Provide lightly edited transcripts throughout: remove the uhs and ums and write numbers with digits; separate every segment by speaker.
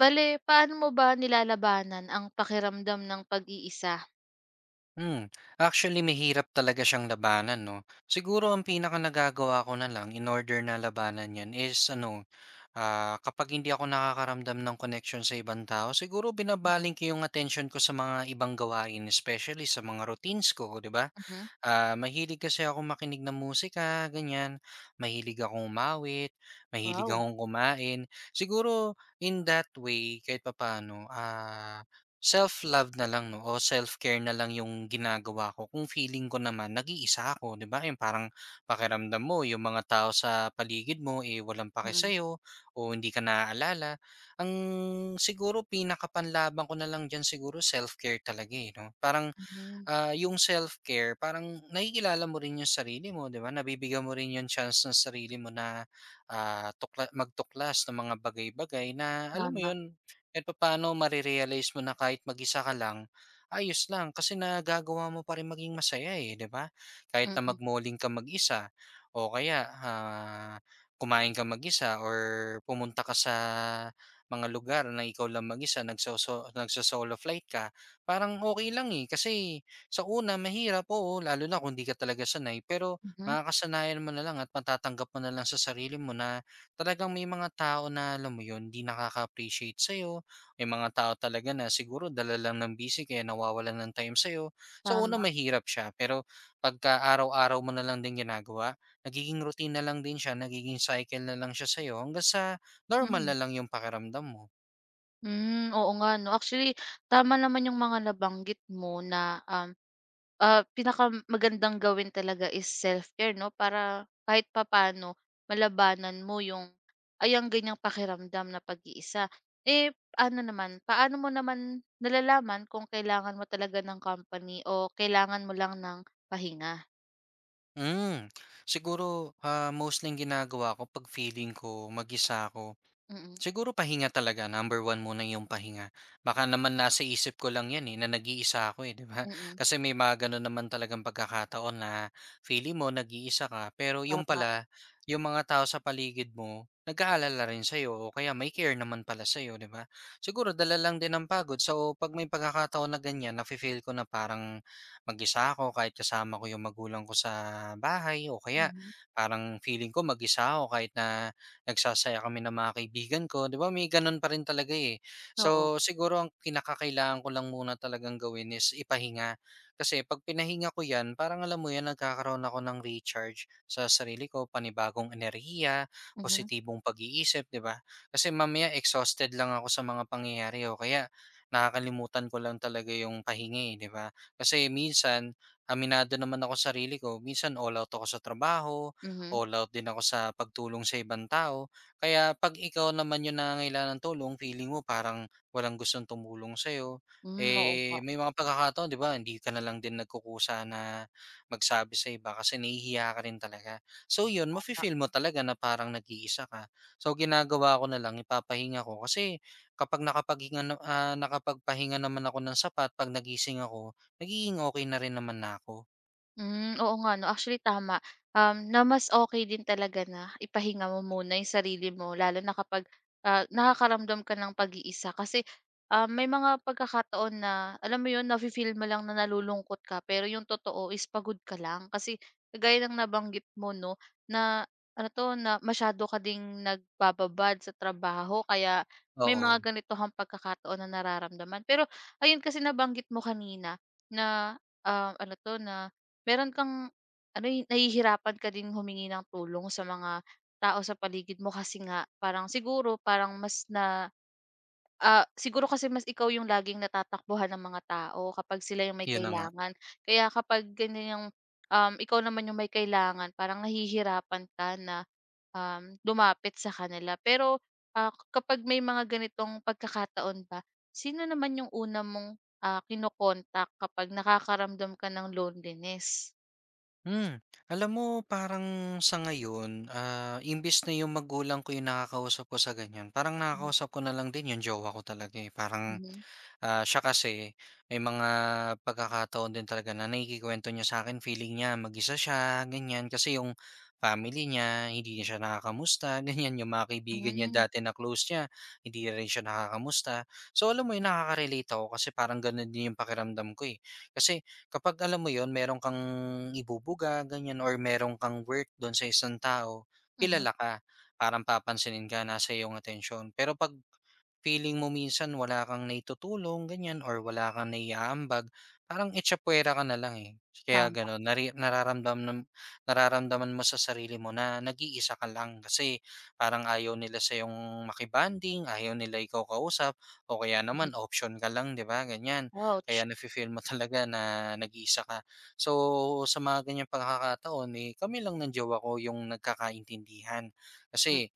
Speaker 1: Bale, paano mo ba nilalabanan ang pakiramdam ng pag-iisa?
Speaker 2: Hmm, Actually mahirap talaga siyang labanan 'no. Siguro ang pinaka nagagawa ko na lang in order na labanan 'yan is ano, kapag hindi ako nakakaramdam ng connection sa ibang tao siguro
Speaker 1: Mm,
Speaker 2: binabaling ko yung atensyon ko sa mga ibang gawain especially sa mga routines ko, 'di ba?
Speaker 1: mhm.
Speaker 2: Mahilig kasi ako makinig ng musika, ganyan. Mahilig akong umawit, mahilig
Speaker 1: Wow,
Speaker 2: akong kumain. Siguro in that way kahit papaano, self-love na lang 'no o self-care na lang yung ginagawa ko kung feeling ko naman nag-iisa ako, 'di ba? Yung parang pakiramdam mo yung mga tao sa paligid mo, eh, walang pake
Speaker 1: mm,
Speaker 2: sa'yo o hindi ka naaalala. Ang siguro pinakapanlaban ko na lang diyan siguro self-care talaga, eh, 'no? Parang
Speaker 1: mhm,
Speaker 2: yung self-care parang nakikilala mo rin yung sarili mo, 'di ba? Nabibigyan mo rin yung chance ng sarili mo na magtuklas ng mga bagay-bagay na alam mo
Speaker 1: tama,
Speaker 2: yun, kahit paano marirealize mo na kahit mag-isa ka lang, ayos lang kasi nagagawa mo pa rin maging masaya eh, 'di ba? Kahit na
Speaker 1: mm,
Speaker 2: magmoling ka mag-isa o kaya kumain ka mag-isa or pumunta ka sa mga lugar na ikaw lang mag-isa, nagsosolo flight ka, parang okay lang eh. Kasi sa una mahirap, po, lalo na kung 'di ka talaga sanay, pero
Speaker 1: mhm,
Speaker 2: makakasanayan mo na lang at matatanggap mo na lang sa sarili mo na talagang may mga tao na alam mo 'yun, 'di nakaka-appreciate sa'yo, may mga tao talaga na siguro dala lang ng busy kaya nawawalan ng time sa'yo. Sa una
Speaker 1: tama,
Speaker 2: mahirap siya, pero pagka araw-araw mo na lang din ginagawa, nagiging routine na lang din siya, nagiging cycle na lang siya sa'yo hanggang sa normal
Speaker 1: mm.
Speaker 2: na lang 'yung pakiramdam mo.
Speaker 1: Hmm, oo nga 'no. Actually, tama naman yung mga nabanggit mo na, pinaka magandang gawin talaga is self-care 'no, para kahit papano malabanan mo yung, ayang ang ganyang pakiramdam na pag-iisa. Eh, ano naman, paano mo naman nalalaman kung kailangan mo talaga ng company o kailangan mo lang ng pahinga?
Speaker 2: Hmm, Siguro, mostly ang ginagawa ko 'pag feeling ko mag-isa ako.
Speaker 1: Mm,
Speaker 2: Siguro pahinga talaga, number 1 muna yung pahinga. Baka naman nasa isip ko lang 'yan, eh, na nag-iisa ako, eh, 'di ba?
Speaker 1: mm,
Speaker 2: Kasi may mga gano'n naman talagang pagkakataon na feeling mo nag-iisa ka, pero yung
Speaker 1: tama.
Speaker 2: pala, yung mga tao sa paligid mo nag-aalala rin sa'yo o kaya may care naman pala sa'yo, 'di ba? Siguro dala lang din ang pagod. So, 'pag may pagkakataon na ganiyan, nafe-feel ko na parang mag-isa ako kahit kasama ko yung magulang ko sa bahay o kaya
Speaker 1: Mhm,
Speaker 2: parang feeling ko mag-isa ako kahit na nagsasaya kami ng mga kaibigan ko, 'di ba may gano'n pa rin talaga, eh.
Speaker 1: oo.
Speaker 2: So, siguro ang kinakakailangan ko lang muna talagang gawin is ipahinga. Kasi 'pag pinahinga ko 'yan parang alam mo 'yan, nagkakaroon ako ng recharge sa sarili ko, panibagong enerhiya,
Speaker 1: Mhm,
Speaker 2: positibong pag-iisip, 'di ba? Kasi mamaya exhausted lang ako sa mga pangyayari o kaya nakakalimutan ko lang talaga yung pahinga, eh, 'di ba? Kasi minsan, aminado naman ako sa sarili ko, minsan all out ako sa trabaho,
Speaker 1: mhm.
Speaker 2: all out din ako sa pagtulong sa ibang tao. Kaya 'pag ikaw naman yung nangangailangan ng tulong, feeling mo parang walang gustong tumulong sa'yo,
Speaker 1: Hmm, oo
Speaker 2: eh,
Speaker 1: nga.
Speaker 2: may mga pagkakataon 'di ba hindi ka na lang din nagkukusa na magsabi sa iba kasi nahihiya ka rin talaga. So yun, mafi-feel mo talaga na parang nag-iisa ka. So ginagawa ko na lang, ipapahinga ko kasi kapag nakapaghinga na ah, nakapagpahinga naman ako ng sapat 'pag nagising ako, nagiging okay na rin naman na ako.
Speaker 1: Hmm, oo nga 'no, actually tama, na mas okay din talaga na ipahinga mo muna yung sarili mo lalo na kapag, nakakaramdam ka ng pag-iisa kasi, may mga pagkakataon na alam mo yun nafi-feel mo lang na nalulungkot ka pero yung totoo is pagod ka lang. Kasi kagaya ng nabanggit mo 'no, na ano 'to, na masyado ka ding nagbababad sa trabaho kaya may mga
Speaker 2: Oo,
Speaker 1: ganito kang pagkakataon na nararamdaman. Pero ayun kasi nabanggit mo kanina na, ano 'to na meron kang ano, eh, nahihirapan ka din humingi ng tulong sa mga tao sa paligid mo kasi nga parang siguro parang mas siguro kasi mas ikaw yung laging natatakbuhan ng mga tao kapag sila yung may
Speaker 2: yun na nga.
Speaker 1: kailangan. Kaya kapag ganyan yung, ikaw naman yung may kailangan parang nahihirapan ka na, lumapit sa kanila. Pero, kapag may mga ganitong pagkakataon ba, sino naman yung una mong, ah, kino kapag nakakaramdam ka ng loneliness?
Speaker 2: Alam mo parang sa ngayon, imbes na yung magulang ko yung nakakausap ko sa ganyan, parang nakakausap ko na lang din yung jowa ko talaga, eh. Parang
Speaker 1: Mhm,
Speaker 2: Siya kasi may mga pagkakataon din talaga na naikukuwento niya sa'kin feeling niya mag-isa siya, ganyan. Kasi yung family niya hindi niya siya nakakamusta, ganyan. Yung mga kaibigan niya
Speaker 1: hmm,
Speaker 2: dati na close niya, hindi rin siya nakakamusta. So, alam mo yun, nakaka-relate ako kasi parang ganun din yung pakiramdam ko, eh. Kasi kapag alam mo yun, meron kang ibubuga, ganyan or meron kang work dun sa isang tao,
Speaker 1: mhm,
Speaker 2: kilala ka, parang papansinin ka, nasa iyo ang atensyon. Pero 'pag feeling mo minsan wala kang naitutulong ganyan or wala kang naiaambag, parang echapuwera ka na lang, eh. Kaya
Speaker 1: tama,
Speaker 2: gano'n nari nararamdamnam nararamdaman mo sa sarili mo na nag-iisa ka lang kasi parang ayaw nila sa yung makibanding, ayaw nila ikaw kausap o kaya naman
Speaker 1: mhm.
Speaker 2: option ka lang, 'di ba, ganyan.
Speaker 1: Ouch,
Speaker 2: Kaya nafi-feel mo talaga na nag-iisa ka. So, sa mga ganyang pagkakataon, eh, kami lang ng jowa ko yung nagkakaintindihan.
Speaker 1: mm,
Speaker 2: Kasi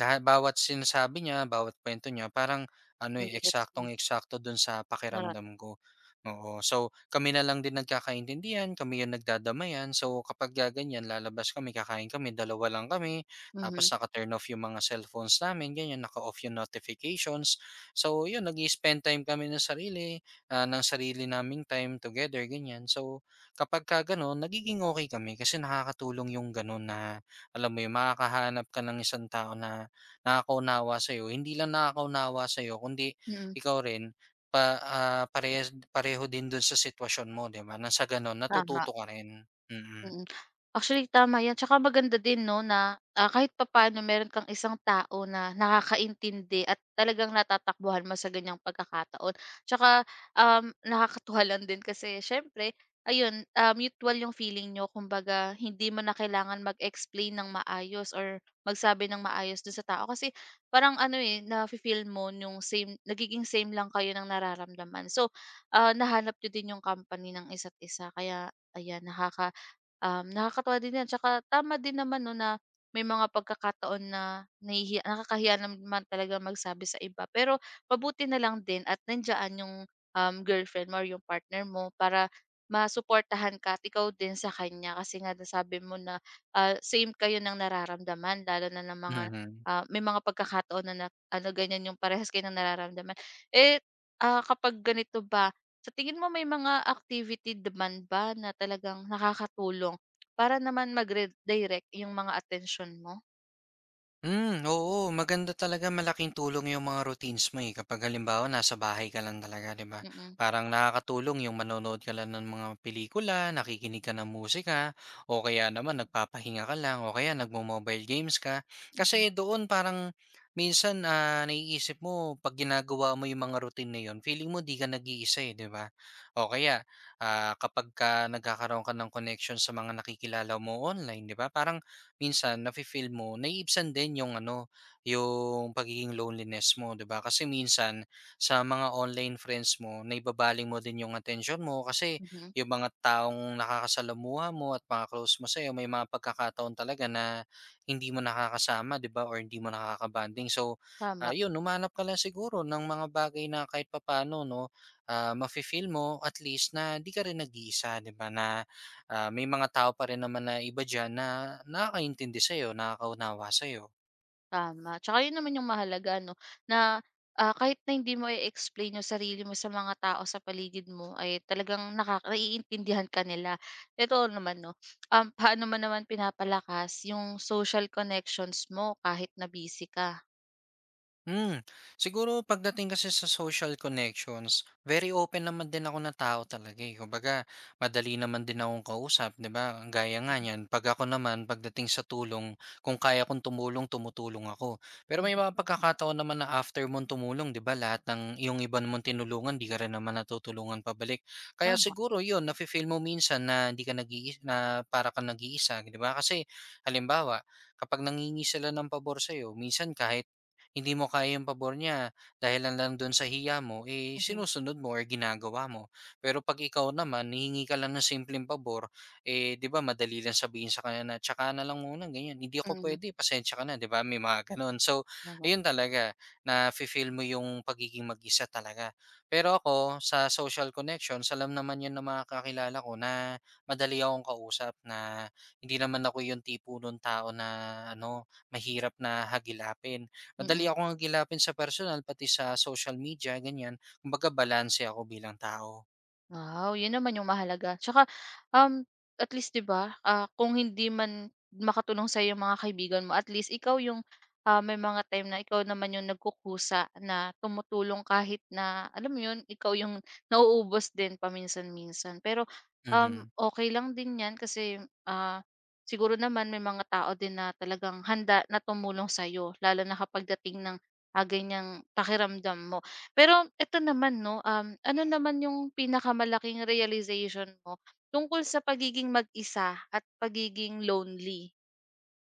Speaker 2: lahat bawat sinasabi niya, bawat kuwento niya parang ano,
Speaker 1: ang
Speaker 2: eh,
Speaker 1: bilis mo,
Speaker 2: eksaktong-eksakto dun sa
Speaker 1: nara
Speaker 2: pakiramdam ko, oo. So, kami na lang din nagkakaintindihan, kami yung nagdadamayan. So, kapag ka ganyan lalabas kami, kakain kami, dalawa lang kami. Tapos
Speaker 1: mhm,
Speaker 2: naka-turn off yung mga cellphones namin, ganyan, naka-off yung notifications. So, yun nag spend time kami ng sarili, naming time together, ganyan. So, kapag ka gano'n nagiging okey kami kasi nakakatulong yung gano'n na alam mo yun, makakahanap ka ng isang tao na nakakaunawa sa'yo, hindi lang nakakaunawa sa'yo kundi
Speaker 1: mm,
Speaker 2: ikaw rin parehas pareho din dun sa sitwasyon mo, 'di ba, nang sa gano'n
Speaker 1: tama.
Speaker 2: natututo ka rin. Mm,
Speaker 1: Mm. Actually tama 'yan, tsaka maganda din 'no na, kahit papaano meron kang isang tao na nakakaintindi at talagang natatakbuhan mo sa ganiyang pagkakataon. Tsaka, nakakatuwa lang din kasi siyempre ayun, mutual yung feeling niyo kumbaga hindi mo na kailangan mag-explain ng maayos or magsabi ng maayos dun sa tao kasi parang ano, eh, na feel mo yung same nagiging same lang kayo ng nararamdaman. So, nahanap niyo din yung company ng isa't isa kaya ayan nakakatuwa din 'yan tsaka tama din naman 'no na may mga pagkakataon na nakakahiya naman talaga magsabi sa iba. Pero mabuti na lang din at nandiyan yung, girlfriend mo or yung partner mo para masuportahan ka at ikaw din sa kanya. Kasi nga nasabi mo na, same kayo ng nararamdaman lalo na ng mga,
Speaker 2: mhm.
Speaker 1: may mga pagkakataon na na ano, ganyan yung parehas kayo ng nararamdaman. Eh, kapag ganito ba, sa tingin mo may mga activity naman ba na talagang nakakatulong para naman mag-redirect yung mga atensyon mo?
Speaker 2: Oo, maganda talaga malaking tulong yung mga routines mo eh. Kapag halimbawa nasa bahay ka lang talaga, 'di ba?
Speaker 1: Mm,
Speaker 2: Parang nakakatulong yung manonood ka lang ng mga pelikula, nakikinig ka ng musika, o kaya naman nagpapahinga ka lang, o kaya nagmo-mobile games ka.
Speaker 1: mhm,
Speaker 2: Kasi doon parang minsan naiisip mo pag ginagawa mo yung mga routine na yun, feeling mo di ka nag-iisa eh, 'di ba? O kaya kapag ka nagkakaroon ka ng connection sa mga nakikilala mo online, 'di ba? Parang minsan nafi-feel mo naiibsan din yung ano, yung pagiging loneliness mo, 'di ba? Kasi minsan sa mga online friends mo, naibabaling mo din yung attention mo kasi
Speaker 1: mhm.
Speaker 2: yung mga taong nakakasalamuha mo at mga close mo sa'yo, may mga pagkakataon talaga na hindi mo nakakasama, 'di ba? Or hindi mo nakakabanding. So,
Speaker 1: Tama,
Speaker 2: ayun, humanap ka lang siguro ng mga bagay na kahit papaano, no, mafe-feel mo at least na di ka rin nag-iisa, 'di ba? Na may mga tao pa rin naman na iba diyan na nakakaintindi sa'yo, nakakaunawa sa'yo.
Speaker 1: tama. Tsaka yun naman yung mahalaga 'no, na, kahit na hindi mo i-explain yung sarili mo sa mga tao sa paligid mo ay talagang naiintindihan ka nila. Totoo naman 'no, paano man naman pinapalakas yung social connections mo kahit na busy ka?
Speaker 2: Hmm, Siguro pagdating kasi sa social connections, very open naman din ako na tao talaga eh. Kumbaga, madali naman din akong kausap, 'di ba? Ang gaya nga niyan, pag ako naman pagdating sa tulong, kung kaya kong tumulong, tumutulong ako. Pero may
Speaker 1: Mhm,
Speaker 2: mga pagkakataon naman na after mong tumulong, 'di ba? Lahat ng yung iba mong tinulungan, di ka rin naman natutulungan pabalik. Kaya
Speaker 1: tama.
Speaker 2: siguro 'yun, nafe-feel mo minsan na hindi ka nag-iisa, na para kang nag-iisa, 'di ba? Kasi halimbawa, kapag nangingi sila ng pabor sa minsan kahit hindi mo kaya yung pabor niya dahil lang lang doon sa hiya mo, eh,
Speaker 1: Mhm,
Speaker 2: sinusunod mo or ginagawa mo. Pero pag ikaw naman, hihingi ka lang ng simpleng pabor, eh, di ba, madali lang sabihin sa kanya na, tsaka na lang muna, ganyan. Hindi ako
Speaker 1: mm,
Speaker 2: pwede, pasensya ka na, di ba? May mga ganun. So,
Speaker 1: tama,
Speaker 2: ayun talaga, na feel mo yung pagiging mag-isa talaga. Pero ako, sa social connections, alam naman yun ng mga kakilala ko na madali akong kausap na hindi naman ako yung tipo nung tao na ano, mahirap na hagilapin.
Speaker 1: mm.
Speaker 2: Madali akong agilapin sa personal, pati sa social media, ganyan. Kumbaga balanse ako bilang tao.
Speaker 1: Wow, yun naman yung mahalaga. Tsaka, um, at least 'di ba, kung hindi man makatulong sa yung mga kaibigan mo, at least ikaw yung, may mga time na ikaw naman yung nagkukusa na tumutulong kahit na, alam mo yun, ikaw yung nauubos din paminsan-minsan. Pero,
Speaker 2: Mhm.
Speaker 1: okey lang din 'yan kasi, siguro naman may mga tao din na talagang handa na tumulong sa'yo lalo na kapag dating ng, ganiyang pakiramdam mo. Pero eto naman 'no, ano naman yung pinakamalaking realization mo tungkol sa pagiging mag-isa at pagiging lonely?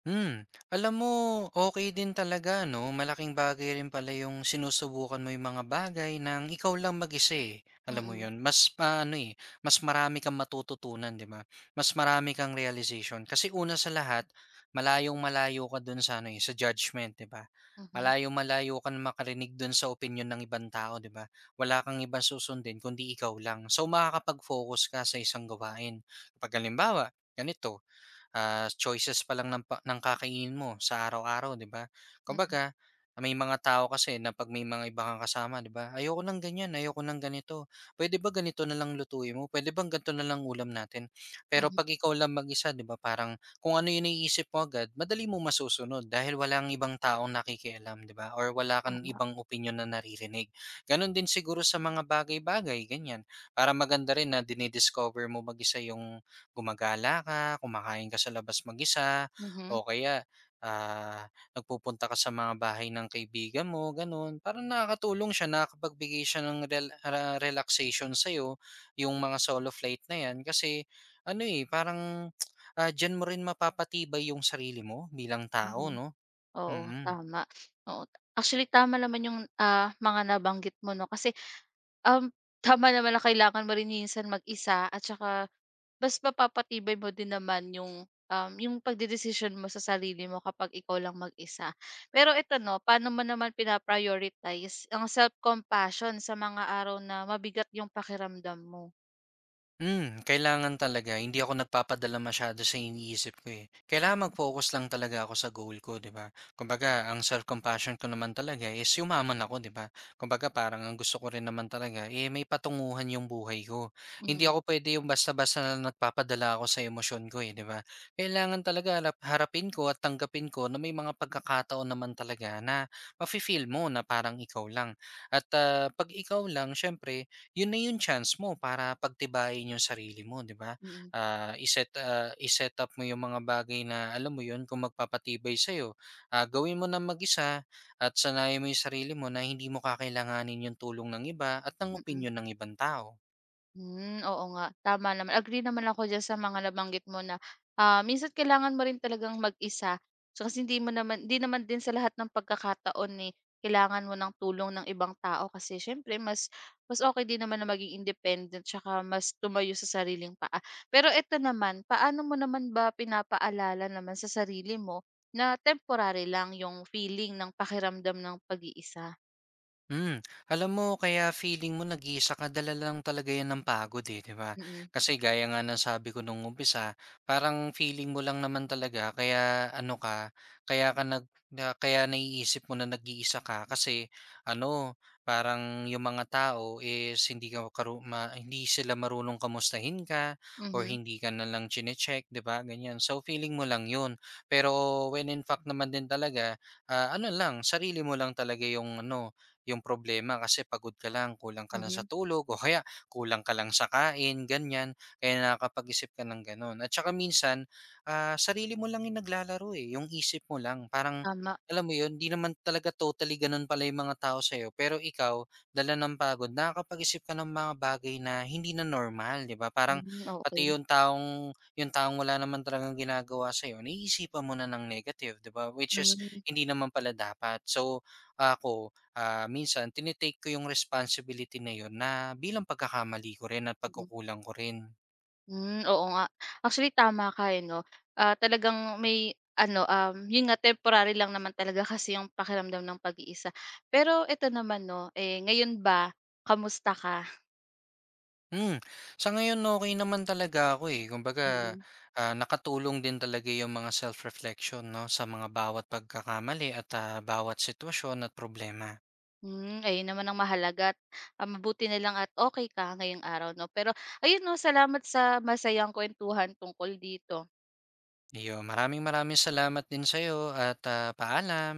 Speaker 2: Hmm, Alam mo, okay din talaga 'no, malaking bagay rin pala yung sinusubukan mo yung mga bagay ng ikaw lang mag-isa, eh. Alam mo
Speaker 1: Mm,
Speaker 2: yun, mas ano eh, mas marami kang matututunan, 'di ba? Mas marami kang realization. Kasi una sa lahat, malayong-malayo ka dun sa ano, eh, sa judgment, 'di ba?
Speaker 1: mhm,
Speaker 2: Malayong-malayo ka na makarinig dun sa opinion ng ibang tao, 'di ba? Wala kang ibang susundin kundi ikaw lang. So, makakapag-focus ka sa isang gawain. Kapag halimbawa, ganito, choices pa lang ng kakainin mo sa araw-araw, 'di ba?
Speaker 1: mm,
Speaker 2: Kumbaga, may mga tao kasi na 'pag may mga iba kang kasama, 'di ba, "Ayoko ng ganyan, ayoko ng ganito. Puwede ba ganito na lang lutuin mo? Puwede bang ganito na lang ulam natin?" Pero
Speaker 1: mhm,
Speaker 2: 'pag ikaw lang mag-isa, 'di ba, parang kung ano 'yung naiisip mo agad, madali mo masusunod dahil walang ibang taong nakikialam, 'di ba, or wala kang
Speaker 1: tama,
Speaker 2: ibang opinyon na naririnig. Gano'n din siguro sa mga bagay-bagay, ganyan. Para maganda rin na dini mo mag-isa 'yung gumagala ka, kumakain ka sa labas mag-isa
Speaker 1: mhm,
Speaker 2: o kaya, nagpupunta ka sa mga bahay ng kaibigan mo gano'n. Parang nakakatulong siya, nakakapagbigay siya ng relaxation sa'yo, yung mga solo flight na 'yan kasi ano, eh, parang, diyan mo rin mapapatibay yung sarili mo bilang tao
Speaker 1: mhm.
Speaker 2: 'no?
Speaker 1: Oo,
Speaker 2: Mm. Mm.
Speaker 1: tama, oo. Actually, tama naman yung, mga nabanggit mo 'no, kasi, um, tama naman na kailangan mo rin minsan mag-isa at saka mas mapapatibay mo din naman yung, yung pagdedesisyon mo sa sarili mo kapag ikaw lang mag-isa. Pero ito 'no, paano mo naman pinaprioritize ang self-compassion sa mga araw na mabigat yung pakiramdam mo?
Speaker 2: Kailangan talaga hindi ako nagpapadala masyado sa iniisip ko, eh. Kailangan mag-focus lang talaga ako sa goal ko, 'di ba? Kumbaga ang self-compassion ko naman talaga is yumaman ako, 'di ba? Kumbaga parang ang gusto ko rin naman talaga, eh, may patunguhan yung buhay ko. Hindi
Speaker 1: Mm,
Speaker 2: ako puwede yung basta-basta na nagpapadala ako sa emosyon ko, eh, 'di ba? Kailangan talaga harap harapin ko at tanggapin ko na may mga pagkakataon naman talaga na mafi-feel mo na parang ikaw lang. At, 'pag ikaw lang siyempre yun na yung chance mo para pagtibayin yung sarili mo, 'di ba?
Speaker 1: mm, mm.
Speaker 2: Ah, i ah, i up mo yung mga bagay na alam mo yun kung magpapatibay sa iyo. Gawin mo na mag-isa at sanayin mo yung sarili mo na hindi mo kakailanganin yung tulong ng iba at ng
Speaker 1: Mm.
Speaker 2: opinion ng ibang tao.
Speaker 1: Hmm, oo nga, tama naman. Agree naman ako diyan sa mga nabanggit mo na, minsan kailangan mo rin talagang mag-isa. So, kasi hindi naman din sa lahat ng pagkakataon, kailangan mo ng tulong ng ibang tao kasi siyempre mas mas okay din naman na maging independent tsaka mas tumayo sa sariling paa. Pero eto naman, paano mo naman ba pinapaalala naman sa sarili mo na temporary lang yung feeling ng pakiramdam ng pag-iisa?
Speaker 2: Hmm, Alam mo kaya feeling mo nag-iisa ka dala lang talaga 'yan ng pagod, eh, 'di ba?
Speaker 1: Mm,
Speaker 2: Kasi gaya nga ng sabi ko nung umpisa, parang feeling mo lang naman talaga kaya ano ka, kaya ka nag na kaya naiisip mo na nag-iisa ka kasi ano, parang yung mga tao is hindi sila marunong kamustahin ka or
Speaker 1: mhm,
Speaker 2: hindi ka na lang chine-check, 'di ba? Ganyan. So feeling mo lang 'yun. Pero when in fact naman din talaga, ano lang, sarili mo lang talaga yung ano, yung problema kasi pagod ka lang, kulang ka lang sa
Speaker 1: mhm,
Speaker 2: tulog o kaya kulang ka lang sa kain, ganyan. Kaya nakakapag-isip ka ng ganun. At saka minsan, sarili mo lang yung naglalaro eh. Yung isip mo lang. Parang,
Speaker 1: tama.
Speaker 2: alam mo yun, di naman talaga totally ganun pala yung mga tao sa'yo. Pero ikaw, dala ng pagod, nakakapag-isip ka ng mga bagay na hindi na normal, di ba? Parang
Speaker 1: Hmm,
Speaker 2: pati
Speaker 1: okay.
Speaker 2: yung taong wala naman talagang ginagawa sa'yo, naiisipan mo na ng negative, di ba? Which is,
Speaker 1: Hmm.
Speaker 2: hindi naman pala dapat. So, ako, minsan tinitake ko yung responsibility na yun na bilang pagkakamali ko rin at
Speaker 1: Mm.
Speaker 2: pagkukulang ko rin.
Speaker 1: Hmm, oo nga. Actually tama ka, eh, 'no? Talagang may ano, yun nga temporary lang naman talaga kasi yung pakiramdam ng pag-iisa. Pero eto naman 'no, eh, ngayon ba kamusta ka?
Speaker 2: Hmm, sa ngayon okey naman talaga ako, eh. Kumbaga,
Speaker 1: Mm.
Speaker 2: nakatulong din talaga yung mga self-reflection 'no, sa mga bawat pagkakamali at, bawat sitwasyon at problema.
Speaker 1: Hmm, ayun naman ang mahalaga at, mabuti na lang at okay ka ngayong araw 'no. Pero ayun 'no, salamat sa masayang kuwentuhan tungkol dito.
Speaker 2: Iyon, maraming maraming salamat din sa'yo at, paalam.